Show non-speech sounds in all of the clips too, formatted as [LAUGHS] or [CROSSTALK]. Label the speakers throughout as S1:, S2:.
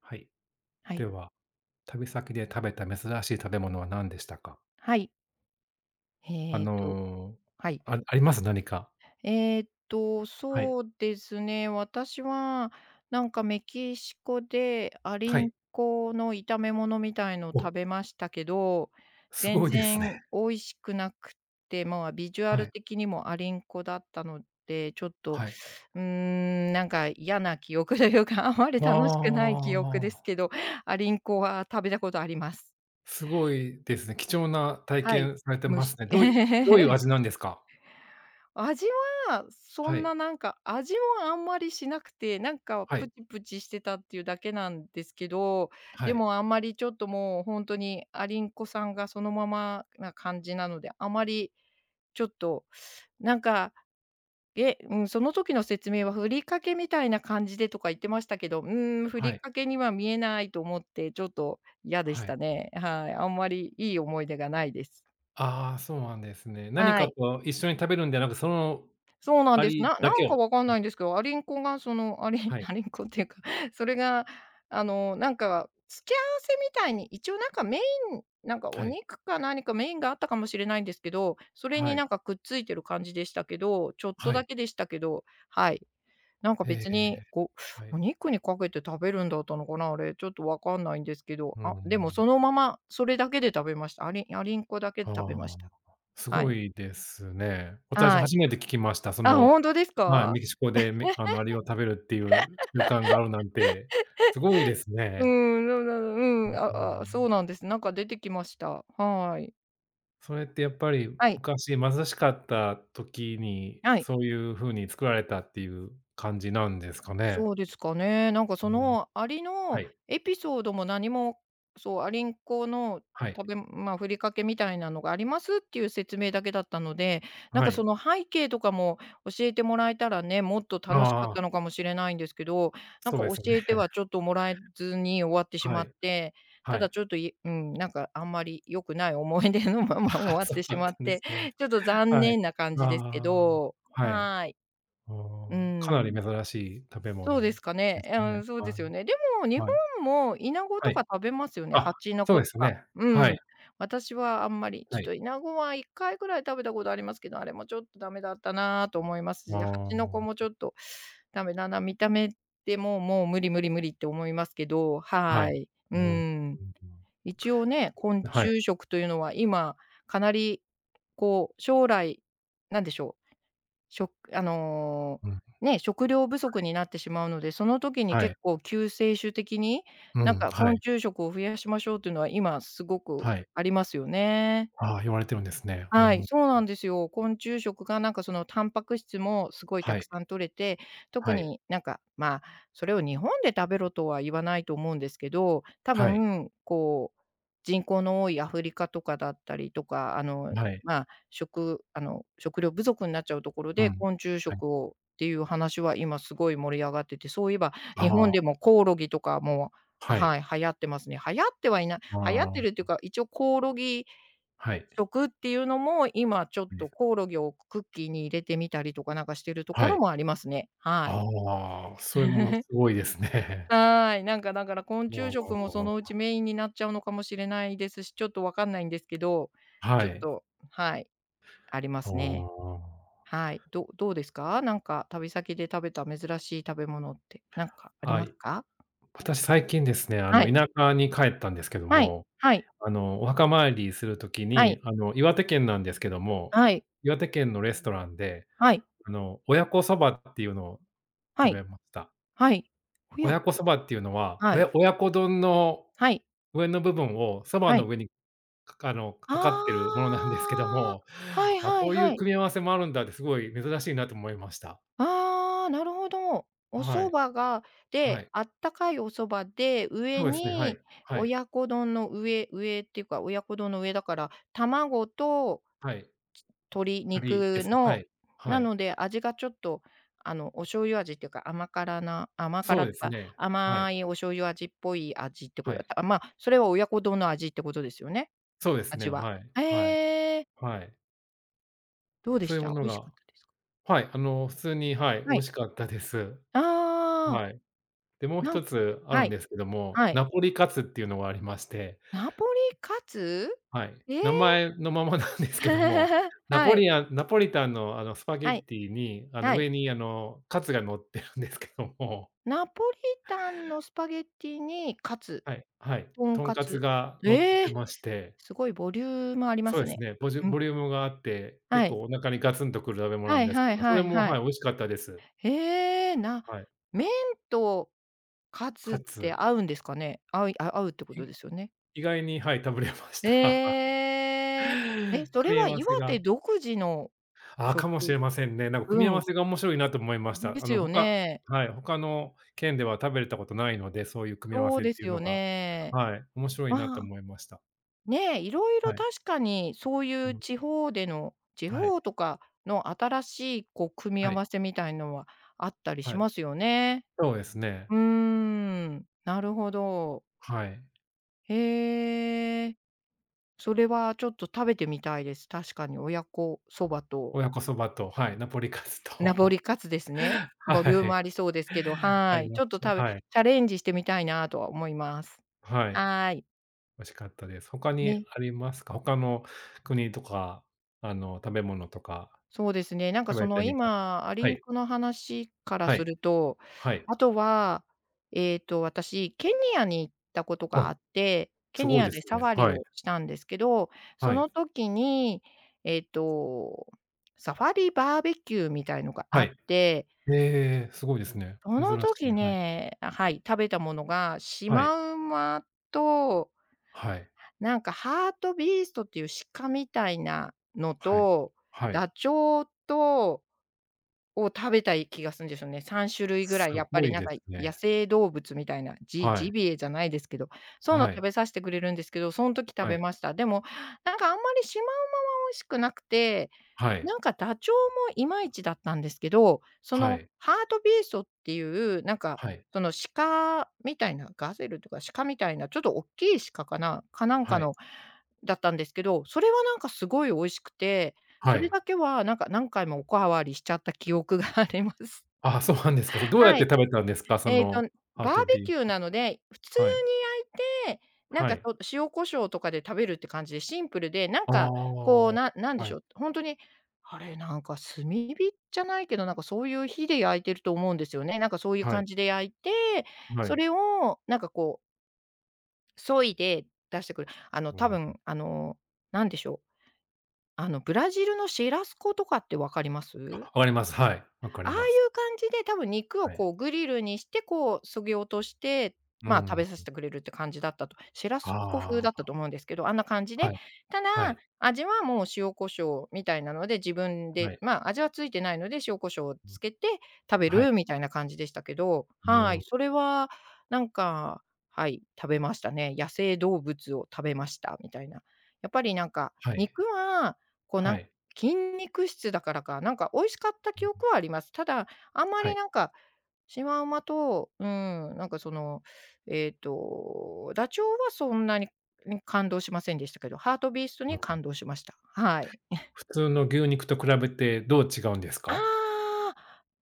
S1: はい。
S2: は
S1: で
S2: い。
S1: は、旅先で食べた珍しい食べ物は何でしたか？
S2: はい。
S1: あ
S2: えっと
S1: の
S2: はい。
S1: ああります？何か。はい。
S2: そうですね、私はメキシコでアリ
S1: は
S2: ン
S1: い。
S2: コの炒め物みたいのを
S1: お、
S2: 食べましたけど、
S1: す
S2: 全
S1: ごいです
S2: 然
S1: ね。
S2: 美味しくなくって、まあ、ビジュア
S1: は
S2: ル
S1: い。
S2: 的にもアリンコだったので、ちょっと、
S1: はい。
S2: うーん、なんか嫌な記憶というか、あまり
S1: あ
S2: 楽しくない記憶です
S1: あ、
S2: けど、アリンコは食べたことあります。
S1: すごいですね。貴重な体
S2: はい、
S1: 験されて
S2: 蒸
S1: ま
S2: し
S1: すね。どういう
S2: [LAUGHS]
S1: 味なんですか？
S2: 味は、そ
S1: は
S2: ん
S1: い。
S2: ななんか、味もあんまりしなくて、なんか
S1: は
S2: プ
S1: い。
S2: チプチしてたっていうだけなんですけど、
S1: は
S2: で
S1: い。
S2: もあんまりちょっともうほんとにアリンコさんがそのままな感じなので、あまりちょっとなんか、え、うん、その時の説明はふりかけみたいな感じでとか言ってましたけど、ふ
S1: は
S2: り
S1: い。
S2: かけには見えないと思って、ちょっと嫌でし
S1: はい。
S2: たね。はい、あんまりいい思い出がないです。
S1: ああ、そうなんですね。何
S2: は
S1: か
S2: い。
S1: と一緒に食べるんではなく、その
S2: そうなん
S1: あ
S2: です。
S1: り
S2: な
S1: だ
S2: な
S1: け
S2: んか
S1: を。
S2: わかんないんですけど、アリンコがその、[LAUGHS] アリン
S1: は
S2: [LAUGHS]
S1: い。
S2: アリンコっていうか、[LAUGHS] それが付け合わせみたいに、一応なんかメインなんかお
S1: はい。
S2: 肉か何かメインがあったかもしれないんですけど、それ
S1: は
S2: に
S1: い。
S2: なんかくっついてる感じでしたけど、ちょっと
S1: は
S2: だ
S1: い。
S2: けでしたけど、はい。
S1: ええ、
S2: 別に、
S1: は
S2: [SNIFFS]
S1: い。
S2: お肉にかけて食べるんだったのかな、あれ、ちょっとわかんないんですけど、
S1: うう
S2: あ、でも
S1: ん。
S2: そのままそれだけで食べました。アリンコだけ
S1: あ
S2: で食べました。
S1: あ、す
S2: は
S1: ご
S2: い。
S1: いですね。私
S2: はい。
S1: 初めて聞きました。そ
S2: あ、
S1: の、
S2: 本当です
S1: はい、
S2: か？
S1: メキシコで、アリを食べるっていう習慣があるなんて、すごいです
S2: う
S1: ね。
S2: ん、ななう
S1: う
S2: ん、
S1: ん。う
S2: ああ、そ
S1: ん。
S2: うなんです。なんか出てきました。はい。
S1: それってやっぱり
S2: はい、
S1: 昔貧しかった時に、
S2: はい。
S1: そういう風に作られたっていう感じなんですかね？
S2: そうですかね。なんか
S1: う
S2: そ
S1: ん。
S2: のアリ
S1: は
S2: の
S1: い、
S2: エピソードも何も、そう、アリンコの
S1: はい、
S2: 食べまあ、ふりかけみたいなのがありますっていう説明だけだったので、なん
S1: は
S2: か
S1: い。
S2: その背景とかも教えてもらえたらね、もっと
S1: あ
S2: 楽しかっ
S1: あ、
S2: たのかもしれないんですけど、なん
S1: そう
S2: か
S1: で
S2: 教
S1: すよね。
S2: えてはちょ
S1: [LAUGHS]
S2: っともらえずに終わってし
S1: は
S2: まっ
S1: い、
S2: て、
S1: は
S2: ただ
S1: い。[LAUGHS]
S2: ちょっと、いうん、なんかあんまり良くない思い出のまま [LAUGHS] 終
S1: ああ、
S2: わっ
S1: そう
S2: てし
S1: だっ
S2: まっ
S1: たんで
S2: て、
S1: すね。
S2: ちょっと残
S1: はい。
S2: 念な感
S1: あ
S2: じですけ
S1: あ、
S2: ど、
S1: はい。
S2: はい。
S1: あ
S2: うー
S1: あ、かなり
S2: ん。
S1: 珍しい食べ
S2: そう
S1: 物
S2: で
S1: で
S2: すかね。
S1: す
S2: う
S1: ね。
S2: ん、そう
S1: は
S2: です
S1: い、
S2: よね。でも日
S1: はい、
S2: 本もイナゴ
S1: は
S2: とか
S1: い。
S2: 食べますよね、
S1: あ、
S2: 蜂の
S1: そう
S2: 子
S1: で
S2: と
S1: す
S2: か。
S1: ね。
S2: う
S1: は
S2: ん。
S1: い、
S2: 私はあんまり、ちょ
S1: は
S2: っ
S1: い。
S2: とイナゴは1回ぐらい食べたことありますけど、あれもちょっとダメだったなと思います
S1: あ
S2: し、蜂の子も
S1: あ、
S2: ちょっとダメだな、見た目でもう無理無理無理って思いますけど、
S1: は
S2: は
S1: い。
S2: い。
S1: う
S2: う
S1: ん、うん。
S2: ん。
S1: うん。
S2: 一応ね、昆
S1: はい、
S2: 虫食というのは今かなり将来、なんでしょう食あの、
S1: うん、
S2: ね、食料不足になってしまうので、その時に
S1: はい、
S2: 結構救世主的に、
S1: う
S2: なん
S1: ん、
S2: か
S1: は
S2: 昆
S1: い、
S2: 虫食を増やしましょうっていうのは今すごく
S1: はい。
S2: ありますよね。
S1: ああ、言われてるんですね。う
S2: はい、
S1: ん。
S2: そうなんですよ。昆虫食がなんかそのタンパク質もすごいた
S1: は
S2: く
S1: い、
S2: さん摂れて、特
S1: はい、
S2: になんか、まあ、それを日本で食べろとは言わないと思うんですけど、多
S1: はい、
S2: 分こう、人口の多いアフリカとかだったりとか、あの、
S1: はい、
S2: まあ、食あの、食料不足になっちゃうところ
S1: う
S2: で、
S1: ん。
S2: 昆虫
S1: はい。
S2: 食をっていう話は今すごい盛り上がってて、そういえば日
S1: あ
S2: 本で
S1: あ、
S2: もコオロギとかも、あ、
S1: はい。
S2: はい、流行ってますね。流行っ
S1: あ
S2: てるっていう
S1: あ、
S2: か、一応コオロギ
S1: はい、
S2: 食っていうのも、今ちょっ
S1: は
S2: と
S1: い、
S2: コオロギをクッキーに入れてみたりとかなんかしてると
S1: は
S2: ころ
S1: い。
S2: もありますね。はい。
S1: ああ、それも
S2: [LAUGHS]
S1: すごいですね。
S2: はい、なんかだから昆
S1: [LAUGHS]
S2: 虫食もそ
S1: あ
S2: のうちメインになっちゃうのかもしれないですし、ちょっとわかんないんですけど、
S1: あ、は
S2: ちょっ
S1: い。
S2: と、はい、ありま
S1: あ
S2: すね。
S1: あ。
S2: はい。どうですか？なんか旅先で食べた珍しい食べ物ってなんかあり
S1: あ、
S2: ますか？
S1: 私最近ですね、
S2: はい。
S1: 田舎に帰ったんですけど
S2: はい。
S1: も、
S2: はい。
S1: お墓参りするとき
S2: は
S1: に、
S2: い。
S1: 岩手県なんですけども、
S2: はい。
S1: 岩手県のレストランで、
S2: はい。
S1: 親子そばっていうのを
S2: は
S1: 食べ
S2: い。
S1: ました。
S2: はい。親
S1: 親子
S2: 子。
S1: そばっていうのは、
S2: はい。
S1: 親子丼の
S2: はい。
S1: 上の部分をそば
S2: は
S1: の
S2: い。
S1: 上に、かあの、
S2: あ
S1: かかってるものなんですけど
S2: あ、
S1: も、
S2: はい
S1: あ、
S2: は
S1: こ
S2: い
S1: うい
S2: は
S1: う
S2: い。
S1: 組み合わせもあるんだってすごい珍しいなと思いました。
S2: ああ、なるほど。お
S1: は
S2: 蕎
S1: い、
S2: 麦が
S1: は
S2: で、
S1: い。
S2: あったかいお蕎麦で、
S1: そ
S2: 上
S1: うですね、はい、
S2: に
S1: はい、
S2: 親子丼の上っていうか、親子丼の上だから、卵と
S1: はい。
S2: 鶏
S1: ありで
S2: 肉
S1: すね、は
S2: の
S1: い、は
S2: な
S1: い。
S2: ので、味がちょっと、あの、お醤油味っていうか、甘辛な甘
S1: そ
S2: 辛
S1: う
S2: っ
S1: で
S2: ていう
S1: す
S2: か、
S1: ね。はい、
S2: 甘いお醤油味っぽい味ってこ
S1: は
S2: とだっ
S1: い。
S2: た。あ、まあ、それは親子丼の味ってことですよね？
S1: そうですね。
S2: 味は。
S1: はい、はい、
S2: へえ、
S1: はい。
S2: どうで
S1: そう
S2: し
S1: いう
S2: た？
S1: もの
S2: 美味しか
S1: が、
S2: ったですか？
S1: はい、普通に、はい、
S2: は
S1: 美味
S2: い。
S1: しかったです。
S2: ああ、
S1: はい。で、もう
S2: なん
S1: 一つある
S2: は
S1: ん
S2: い、
S1: ですけども、
S2: はい。
S1: ナポリカツっていうのがありまして、
S2: ナポリカツ？
S1: はい、
S2: ええ。
S1: 名前のままなんですけども、
S2: [LAUGHS]
S1: ナ
S2: は
S1: ポ
S2: い、
S1: リアンナポリタンのスパゲ
S2: は
S1: ッ
S2: い、
S1: ティに、
S2: はい。
S1: 上にカツが乗ってるんですけども、
S2: ナポリタンのスパゲッティにカツ、
S1: はい、はい、
S2: とん
S1: とん
S2: か
S1: かつ
S2: つ。
S1: が乗っ
S2: え
S1: て
S2: え、
S1: まして、
S2: すごいボリュームありま
S1: そう
S2: す
S1: です
S2: ね。
S1: ね、
S2: う
S1: ボ
S2: ん。
S1: リュームがあって、結
S2: はい。
S1: 構お腹にガツンとくる食べ物な
S2: は
S1: ん
S2: い
S1: ですけ
S2: は
S1: ど
S2: い
S1: も、そ
S2: は
S1: れ
S2: い
S1: も、
S2: は
S1: はい、
S2: い。
S1: 美味しかったです。
S2: へえ、
S1: はい。
S2: 麺とカツ
S1: か
S2: って
S1: つ、
S2: 合うんですかね？合いあ合うってこと
S1: い
S2: ですよね。
S1: 意外に、はい、食べれました。
S2: ええ。え、
S1: [LAUGHS]
S2: それ
S1: 組み合
S2: は
S1: わ
S2: 岩
S1: せが、
S2: 手独自の
S1: ああ、かもし
S2: 食
S1: れませんね。なんか組
S2: う
S1: み合わ
S2: ん、
S1: せが面白いなと思いまし
S2: で
S1: た。
S2: すよ
S1: 他、
S2: ね。
S1: はい、他の県では食べれたことないので、そういう組み合わ
S2: そう
S1: せっ
S2: で
S1: てい
S2: す
S1: うの
S2: よ
S1: が、
S2: ね。
S1: はい、面白いなと
S2: まあ、
S1: 思いました。
S2: ね、いろいろ
S1: はい。
S2: 確かにそう
S1: う
S2: いう
S1: ん、
S2: 地方での地
S1: はい、
S2: 方とかの新しいこう組み
S1: は
S2: 合
S1: い、
S2: わせみたいのはあったり
S1: は
S2: し
S1: い。
S2: ますよね。
S1: そうですね。
S2: うーん、なるほど。
S1: はい。
S2: へえ、それはちょっと食べてみたいです。確かに親子そばと
S1: 親子そばと、はい、ナポリカツ
S2: ナポ
S1: と、
S2: リカツですね。
S1: [LAUGHS]
S2: ボ
S1: は
S2: リューム
S1: い。
S2: ありそうですけど、
S1: あ
S2: は
S1: り
S2: い。
S1: ま
S2: ちょっと
S1: す。
S2: 食べ
S1: はい。
S2: チャレンジしてみたいなとは思います。
S1: はい。美
S2: はい。
S1: 味しかったです。他に
S2: ね。
S1: ありますか？他の国とか、食べ物とか、
S2: そうですね。なんか
S1: 食
S2: そ
S1: べて
S2: の
S1: みた。
S2: 今、ア
S1: は
S2: リン
S1: い。
S2: クの話から
S1: はい。
S2: すると、
S1: はい。
S2: あとは、私、ケニアに行ったことが
S1: あ、
S2: あって、ケ
S1: すご
S2: ニ
S1: い
S2: ア
S1: です
S2: でサフ
S1: ね。
S2: ァリ
S1: はい。
S2: をしたんですけど、そ
S1: はい。
S2: の時に、えっと、サファリバーベキューみたいのが
S1: は
S2: あっ
S1: い。
S2: て、
S1: ええ、すごいですね。
S2: そ
S1: 珍し
S2: の時
S1: い。はい。
S2: ねあ、はい、食べたものがシ
S1: はい。
S2: マウマと、
S1: はい。
S2: なんかハートビーストっていう鹿みたいなの
S1: はい。
S2: と、
S1: はい。
S2: ダチョウとを食べたい気がするんですよね。3種類ぐ
S1: す
S2: らいやっぱ
S1: ご
S2: り
S1: い
S2: なん
S1: で
S2: か
S1: す
S2: 野
S1: ね。
S2: 生動物みたいな、ジ
S1: はい。
S2: ジビエじゃないですけど、そういうの
S1: は
S2: 食
S1: い。
S2: べさせてくれるんですけど、そん時食
S1: は
S2: べ
S1: い。
S2: ました。でも、なんかあんまりシマウマは美味しくなくて、
S1: はい。
S2: なんかダチョウもいまいちだったんですけど、そ
S1: は
S2: の
S1: い。
S2: ハートビーストっていう、なんか
S1: はい。
S2: その鹿みたいな、ガゼルとか鹿みたいな、ちょっとおっきい鹿かな、かなん
S1: は
S2: か
S1: い。
S2: のだったんですけど、それはなんかすごい美味しくて
S1: は
S2: それ
S1: い。
S2: だけは、なんか、何回もおかわりしちゃった記憶があります。
S1: ああ、そうなんですか。それ
S2: [LAUGHS]
S1: どうやっ
S2: は
S1: て
S2: い。
S1: 食べたんですか？そ
S2: えっと、
S1: の、ハー
S2: バ
S1: ト
S2: ーベ
S1: ビ
S2: キュー
S1: ー
S2: なので、普通
S1: はい。
S2: に焼いて、
S1: はい。
S2: 塩胡椒とかで食べるって感じでシンプルで、なん
S1: ああ、
S2: か、こう、
S1: は
S2: ななんでしょ
S1: い、
S2: う、ほんとに、あれ、なんか、炭火じゃないけど、なんか、そういう火で焼いてると思うんですよね。なんか、そういう
S1: は
S2: 感
S1: い、
S2: じで焼いて、
S1: は
S2: そ
S1: い。
S2: れを、削いで出してくる。あの、
S1: う
S2: 多
S1: ん。
S2: 分、あの、なんでしょう、あの、ブラジルのシェラスコとかって分かりま
S1: あ、
S2: す？
S1: わかります。はい、わかり
S2: ああい
S1: ます。
S2: う感じで多分肉を
S1: はい。
S2: こうグリルにして、こう削ぎ落として、
S1: う
S2: まあ、食べ
S1: ん。
S2: させてくれるって感じだったと。シェラスコ風だった
S1: あ
S2: と思うんですけど、あんな感じ
S1: あ、
S2: で、
S1: はい、
S2: ただ、
S1: はい、
S2: 味はもう塩コショウみたいなので、自分
S1: は
S2: で、
S1: い。
S2: まあ、味はついてないので、塩コショウを
S1: う
S2: つ
S1: ん、
S2: けて食べ
S1: はい。
S2: るみたいな感じでしたけど、
S1: う
S2: はい、
S1: ん、
S2: それはなんか、はい、食べましたね。野生動物を食べましたみたいな。やっぱりなんか、
S1: はい、
S2: 肉はこう
S1: はい。
S2: 筋肉質だからか、なんか美味しかった
S1: う
S2: 記
S1: ん、
S2: 憶はあります。ただ、あんま
S1: は
S2: り
S1: い、
S2: なんか、シマウマと、うん、なんかダチョウはそんなに、感動しませんでしたけど、ハートビースト
S1: う
S2: に
S1: ん。
S2: 感動しました。はい。
S1: 普通の牛肉と比べてどう違うんです
S2: あ
S1: か？
S2: あ、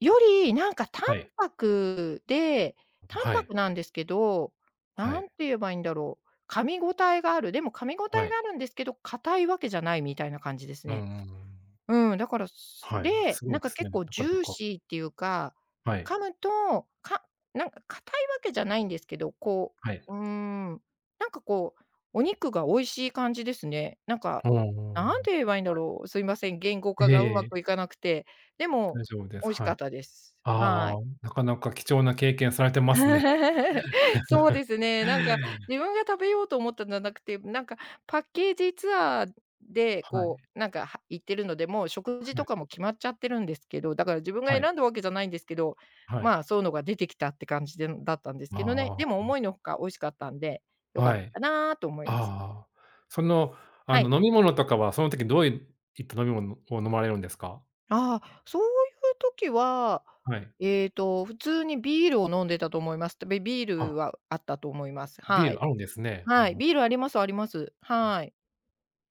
S2: より、なんか淡
S1: はい、
S2: 白で、淡
S1: はい、
S2: 白なんですけど、
S1: は
S2: な
S1: い、
S2: んて言えばいいんだろう、噛み応えがある、でも噛み応
S1: は
S2: え
S1: い。
S2: があるんですけど、硬いわけじゃないみたいな感じです
S1: う
S2: ね。
S1: ん。
S2: うん、だから、
S1: はい、すご
S2: なん
S1: いで
S2: か
S1: すね、
S2: 結構
S1: な
S2: ジ
S1: かな
S2: ュー
S1: か。
S2: シーっていうか、
S1: はい、
S2: 噛むと、なんか硬いわけじゃないんですけど、こ
S1: はい。
S2: う、なんかこう、お肉が美味しい感じですね。なんか、
S1: う
S2: な
S1: ん。
S2: んて言えばいいんだ
S1: はい。
S2: ろう、すいません、言語化
S1: え
S2: がう
S1: え
S2: ま
S1: え、
S2: くいかなくて、でも
S1: 大丈夫です。
S2: 美味し
S1: は
S2: か
S1: い。
S2: ったです。は
S1: ああ、
S2: い。
S1: なかなか貴重な経験されてますね。
S2: [LAUGHS] そうですね。なんか自分が食べようと思ったんじゃなくて、なんかパッケージツアーで、
S1: はい、
S2: こう、なんか、行ってるので、もう食事
S1: は
S2: と
S1: い、
S2: かも決まっちゃってるんですけど、だから自分
S1: は
S2: が
S1: い、
S2: 選んだわけじゃないんですけど、
S1: はい。
S2: まあ、そういうのが出てきたって感じだったんですけどね。でも
S1: あ
S2: 思いのほか美味しかったんで、
S1: あ、
S2: 良か
S1: は
S2: っ
S1: い。
S2: たなと思います。
S1: ああ。その、
S2: はい。
S1: 飲み物とかは、その時どういった飲み物を飲まれるんですか？
S2: ああ、そういう時は、
S1: はい。
S2: 普通にビールを飲んでたと思います。で、ビー
S1: あ、
S2: ルはあったと思います。
S1: ビ
S2: は
S1: ー
S2: い。
S1: ルあるんですね。
S2: はい、
S1: ああ、
S2: ビールありますあります。はい。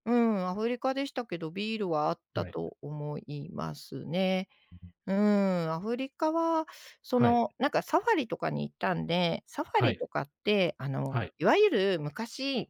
S2: うん、アフリカでしたけど、ビールはあった
S1: はい。
S2: と思いますね。うん、アフリカは、
S1: はい。
S2: なんかサファリとかに行ったんで、サファ
S1: は
S2: リ
S1: い。
S2: とかって、
S1: はい。
S2: いわゆる昔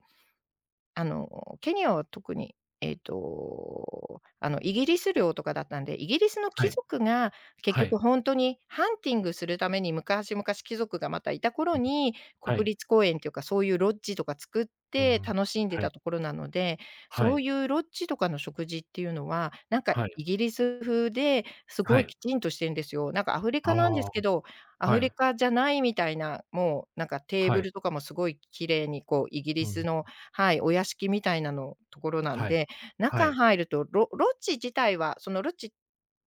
S2: あの、ケニアは特に、イギリス領とかだったんで、イギリスの
S1: は
S2: 貴
S1: い。
S2: 族が結
S1: は
S2: 局
S1: い。
S2: ほんとにハンティングするために昔々貴族がまたいた頃
S1: うん、
S2: に、
S1: はい。
S2: 国立公園っていうか、そういうロッジとか作っ
S1: う
S2: て
S1: ん。
S2: 楽しんで
S1: はい。
S2: たところなので、
S1: は
S2: そう
S1: い。
S2: いうロッジとかの食事っていうのは、なんか
S1: はい。
S2: イギリス風で、す
S1: は
S2: ごい
S1: い。
S2: きちんとしてるんですよ。なんかアフリ
S1: あ
S2: カなんです
S1: あ、
S2: けど、ア
S1: は
S2: フリ
S1: い。
S2: カじゃないみたいな、もうなんかテー
S1: は
S2: ブ
S1: い。
S2: ルとかもすごい綺麗にこうイギ
S1: う
S2: リス
S1: ん。
S2: の、はい、お屋敷みたいなのところなん
S1: はい。
S2: で、
S1: は
S2: 中
S1: い。
S2: 入るとロッジ自体はそのロッジ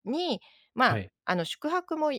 S2: に、ま
S1: は
S2: あ、
S1: い。
S2: 宿泊も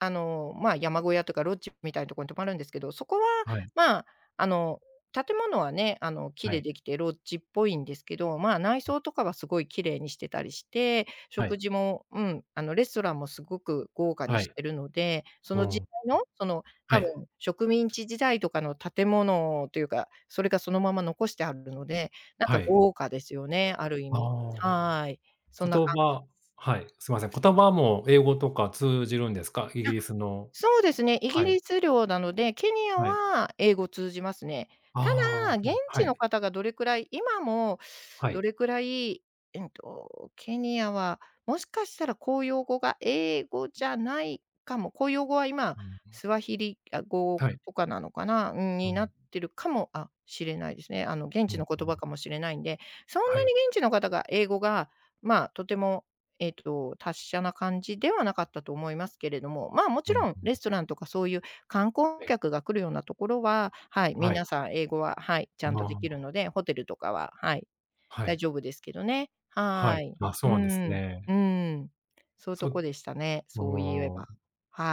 S2: まあ、山小屋とかロッジみたいなところに泊まるんですけど、そこは、
S1: はい。
S2: まあ、あの、建物はね、木
S1: は
S2: で
S1: い。
S2: できてロッジっぽいんですけど、まあ、内装とかはすごい綺麗にしてたりして、
S1: は
S2: 食
S1: い。
S2: 事も、うん、レストランもすごく豪華に
S1: は
S2: し
S1: い。
S2: てるので、そ
S1: う
S2: の時
S1: ん。
S2: 代の、
S1: は
S2: 多分
S1: い。
S2: 植民地時代とかの建物というか、それがそのまま残してあるので、なん
S1: は
S2: か
S1: い。
S2: 豪華ですよね、ある意味。
S1: ああ。
S2: はい。そんな
S1: 言
S2: 感じ。
S1: 葉、はい、すいません。言葉も英語とか通じるんですか？イギリスの、
S2: そうですね、イ
S1: は
S2: ギ
S1: い、
S2: リス領なので、ケニア
S1: はい。
S2: は英語通じますね。た
S1: ああ、
S2: だ、現
S1: そう、は
S2: 地の
S1: い、
S2: 方がどれくらい今も
S1: は
S2: ど
S1: い。
S2: れくらい、ケニアはもしかしたら公用語が英語じゃないかも。公用語は今、
S1: うん、
S2: スワヒリ語
S1: はい。
S2: とかなのかな、うん、
S1: う
S2: にな
S1: ん、
S2: ってるかもしれないですね。現
S1: うん。
S2: 地の
S1: う
S2: 言葉
S1: ん。
S2: かもしれないんで、そん
S1: は
S2: な
S1: い。
S2: に現地の方が英語が、まあ、とても達者な感じではなかったと思いますけれども、まあ、も
S1: う
S2: ち
S1: ん。
S2: ろん
S1: うん。
S2: レストランとかそういう観光
S1: ね、
S2: 客が来るようなところは、はい、
S1: は
S2: 皆
S1: い。
S2: さん英語は、はい、ち
S1: あ
S2: ゃんとできる
S1: あ、
S2: ので、ホテルとかは、はい、
S1: は
S2: 大
S1: い。
S2: 丈夫ですけどね。
S1: は
S2: は
S1: い。
S2: い。
S1: あ、そう
S2: う
S1: なんです
S2: ん、
S1: ね。
S2: うん。そういう
S1: そ
S2: とこでしたね、
S1: あ
S2: そういえば。
S1: あ、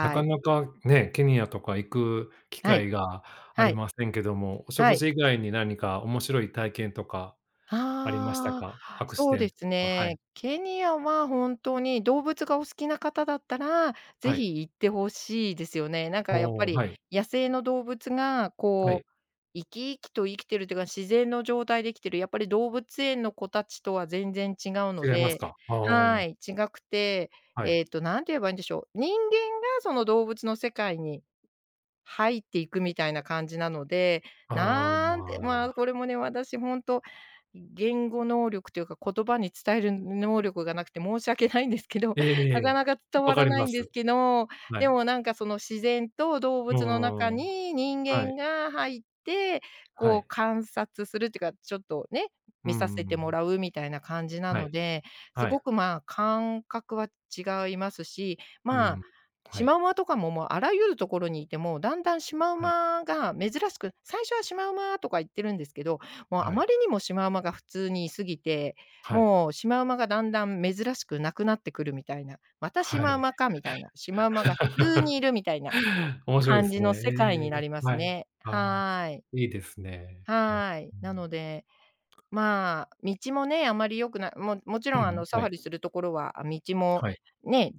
S1: なか
S2: い。
S1: なかね、ケニアとか行く機
S2: はい、
S1: 会があ
S2: は
S1: り
S2: い、
S1: ませんけども、お
S2: は
S1: 食
S2: い。
S1: 事以外に何か面白い体験とかありました
S2: あ
S1: か？ア
S2: あ、
S1: クシ
S2: そう
S1: デン
S2: で
S1: ト
S2: す
S1: とか、はい、
S2: ね。ケニアは本当に動物がお好きな方だったら、
S1: は
S2: ぜ
S1: い。
S2: ひ行ってほしいですよね。なんかやっ
S1: お
S2: ぱ
S1: お、
S2: り
S1: はい、
S2: 野生の動物が
S1: は
S2: こ
S1: い。
S2: う、生き生きと生きてるというか、自然の状態で生きてる、やっぱり動物園の子たちとは全然違うの
S1: 違います
S2: で、
S1: か。あ
S2: は
S1: あ、
S2: い、違くて、
S1: はい。
S2: 何て言えばいいんでしょう、人間がその動物の世界に入っていくみたいな感じなので、
S1: あ
S2: なんて、まあ、
S1: あ、
S2: これもね、私本当言語能力というか、言葉に伝える能力がなくて申し訳ないんですけど、
S1: ええ
S2: [LAUGHS]
S1: え
S2: なか
S1: え、
S2: なか伝
S1: わ
S2: わ
S1: か
S2: ら
S1: り
S2: な
S1: ま
S2: いんで
S1: す。
S2: すけど、
S1: は
S2: で
S1: い。
S2: もなんかその自然と動
S1: うー
S2: 物の中
S1: ん。
S2: に人
S1: は
S2: 間
S1: い、
S2: が入って、
S1: は
S2: こう
S1: い。
S2: 観察するっていうか、ちょっとね、
S1: うー
S2: 見させても
S1: ん。
S2: らうみたいな感じな
S1: は
S2: の
S1: い、
S2: で、す
S1: は
S2: ご
S1: い。
S2: くまあ、感覚は違いますし、
S1: う
S2: まあ
S1: ん。は
S2: シマ
S1: い、
S2: ウマとかも、もうあらゆるところにいて、もうだんだんシマウ
S1: はい、
S2: マが珍しく、最初はシマウマとか言ってるんですけど、もうあ
S1: は
S2: ま
S1: い、
S2: りにもシマウマが普通にいすぎて、
S1: はい、
S2: もうシマウマがだんだん珍しくなくなってくるみたいな、またシ
S1: は
S2: マウ
S1: い。
S2: マかみたいな、シマウマが普通にいる
S1: [LAUGHS]
S2: みたいな
S1: 面白いで
S2: 感
S1: す
S2: じ
S1: ね。
S2: の世界
S1: え
S2: にな
S1: え、
S2: ります
S1: はい。
S2: ね。
S1: ああ、
S2: はーい。
S1: いいですね。お、
S2: はーい。なのでまあ、道もね、あまり良くないももち
S1: う
S2: ろん
S1: ん。
S2: サ
S1: は
S2: ファ
S1: い、
S2: リするところは、あ、道も
S1: はい、
S2: ね、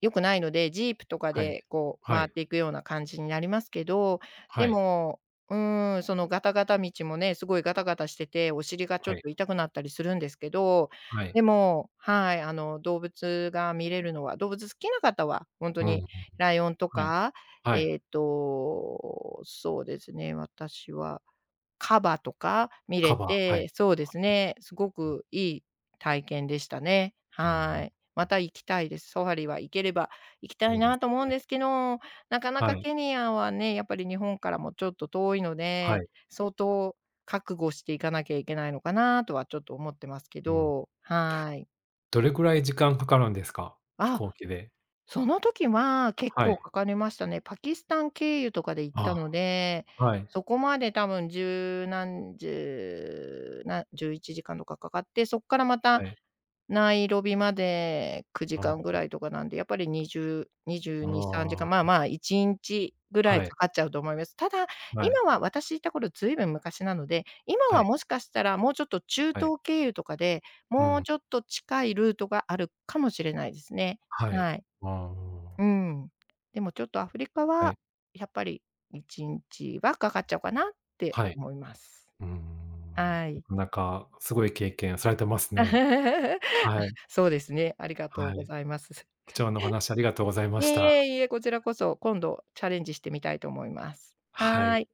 S2: 良くないので、ジープとか
S1: はい、
S2: でこう
S1: は
S2: 回っ
S1: い、
S2: ていくような感じになりますけど、
S1: は
S2: で
S1: い、
S2: も、そのガタガタ道もね、すごいガタガタしてて、お尻がちょ
S1: は
S2: っ
S1: い、
S2: と痛くなったりするんですけど、
S1: はい。
S2: でも、はい、動物が見れるのは動物好きな方は、本当
S1: うん、
S2: にライオンと
S1: はい。
S2: か、
S1: はい。
S2: そうですね、私はカバとか見
S1: カ
S2: れ
S1: バー、はい。
S2: て、そうですね、すごくいい体験でしたね。
S1: う
S2: は
S1: ん、
S2: い。また行きたいです。ソファリは行ければ行きた
S1: い
S2: い
S1: いです
S2: なと思うん
S1: ね。
S2: ですけど、なかな
S1: は
S2: か
S1: い、
S2: ケニアはね、やっぱり日本からもちょっと遠いの
S1: は
S2: で、
S1: い、
S2: 相当覚悟していかなきゃいけないのかなとはちょっと思ってますけ
S1: うん。
S2: ど、はい。
S1: どれくらい時間かかるんですか？飛
S2: あ、
S1: 行機で。
S2: その時は結
S1: はい。
S2: 構かかりましたね。パキスタン経由とかで行っ
S1: あ
S2: たので、
S1: あ、はい、
S2: そこまで多分1何10な1時間とかかかって、そこからま
S1: は
S2: た
S1: い。
S2: ナイロビまで9
S1: あ
S2: 時間ぐ
S1: あ、
S2: らいとかなんで、やっぱり20、22、3
S1: あ
S2: 時間、まあ
S1: あ、
S2: まあ1日ぐらい
S1: はい、
S2: かかっちゃうと思います。ただ、
S1: はい、
S2: 今は私行った頃ずいぶん昔なので、今
S1: は
S2: は
S1: い、
S2: もしかしたらもうちょっと中
S1: はい。
S2: 東経由とかで、
S1: う
S2: もう
S1: ん、
S2: ちょっと近いルートがあるかもしれないですね。
S1: はい。
S2: はい。
S1: ああ、
S2: うん。でもちょっとアフリカ
S1: は
S2: は、
S1: い、
S2: やっぱり1日はかかっちゃうかなって
S1: はい。
S2: 思います。
S1: うーん、
S2: は
S1: な
S2: い。
S1: かなかすごい経験されてますね。
S2: [LAUGHS]
S1: はい、
S2: そうですね、ありがとう
S1: は
S2: ご
S1: い。
S2: ざいます。
S1: 貴重なお話ありがとうござい
S2: [LAUGHS]
S1: ま
S2: い
S1: し
S2: えい
S1: た。
S2: えいえ、こちらこそ、今度チャレンジしてみたいと思います。
S1: はい。
S2: はい。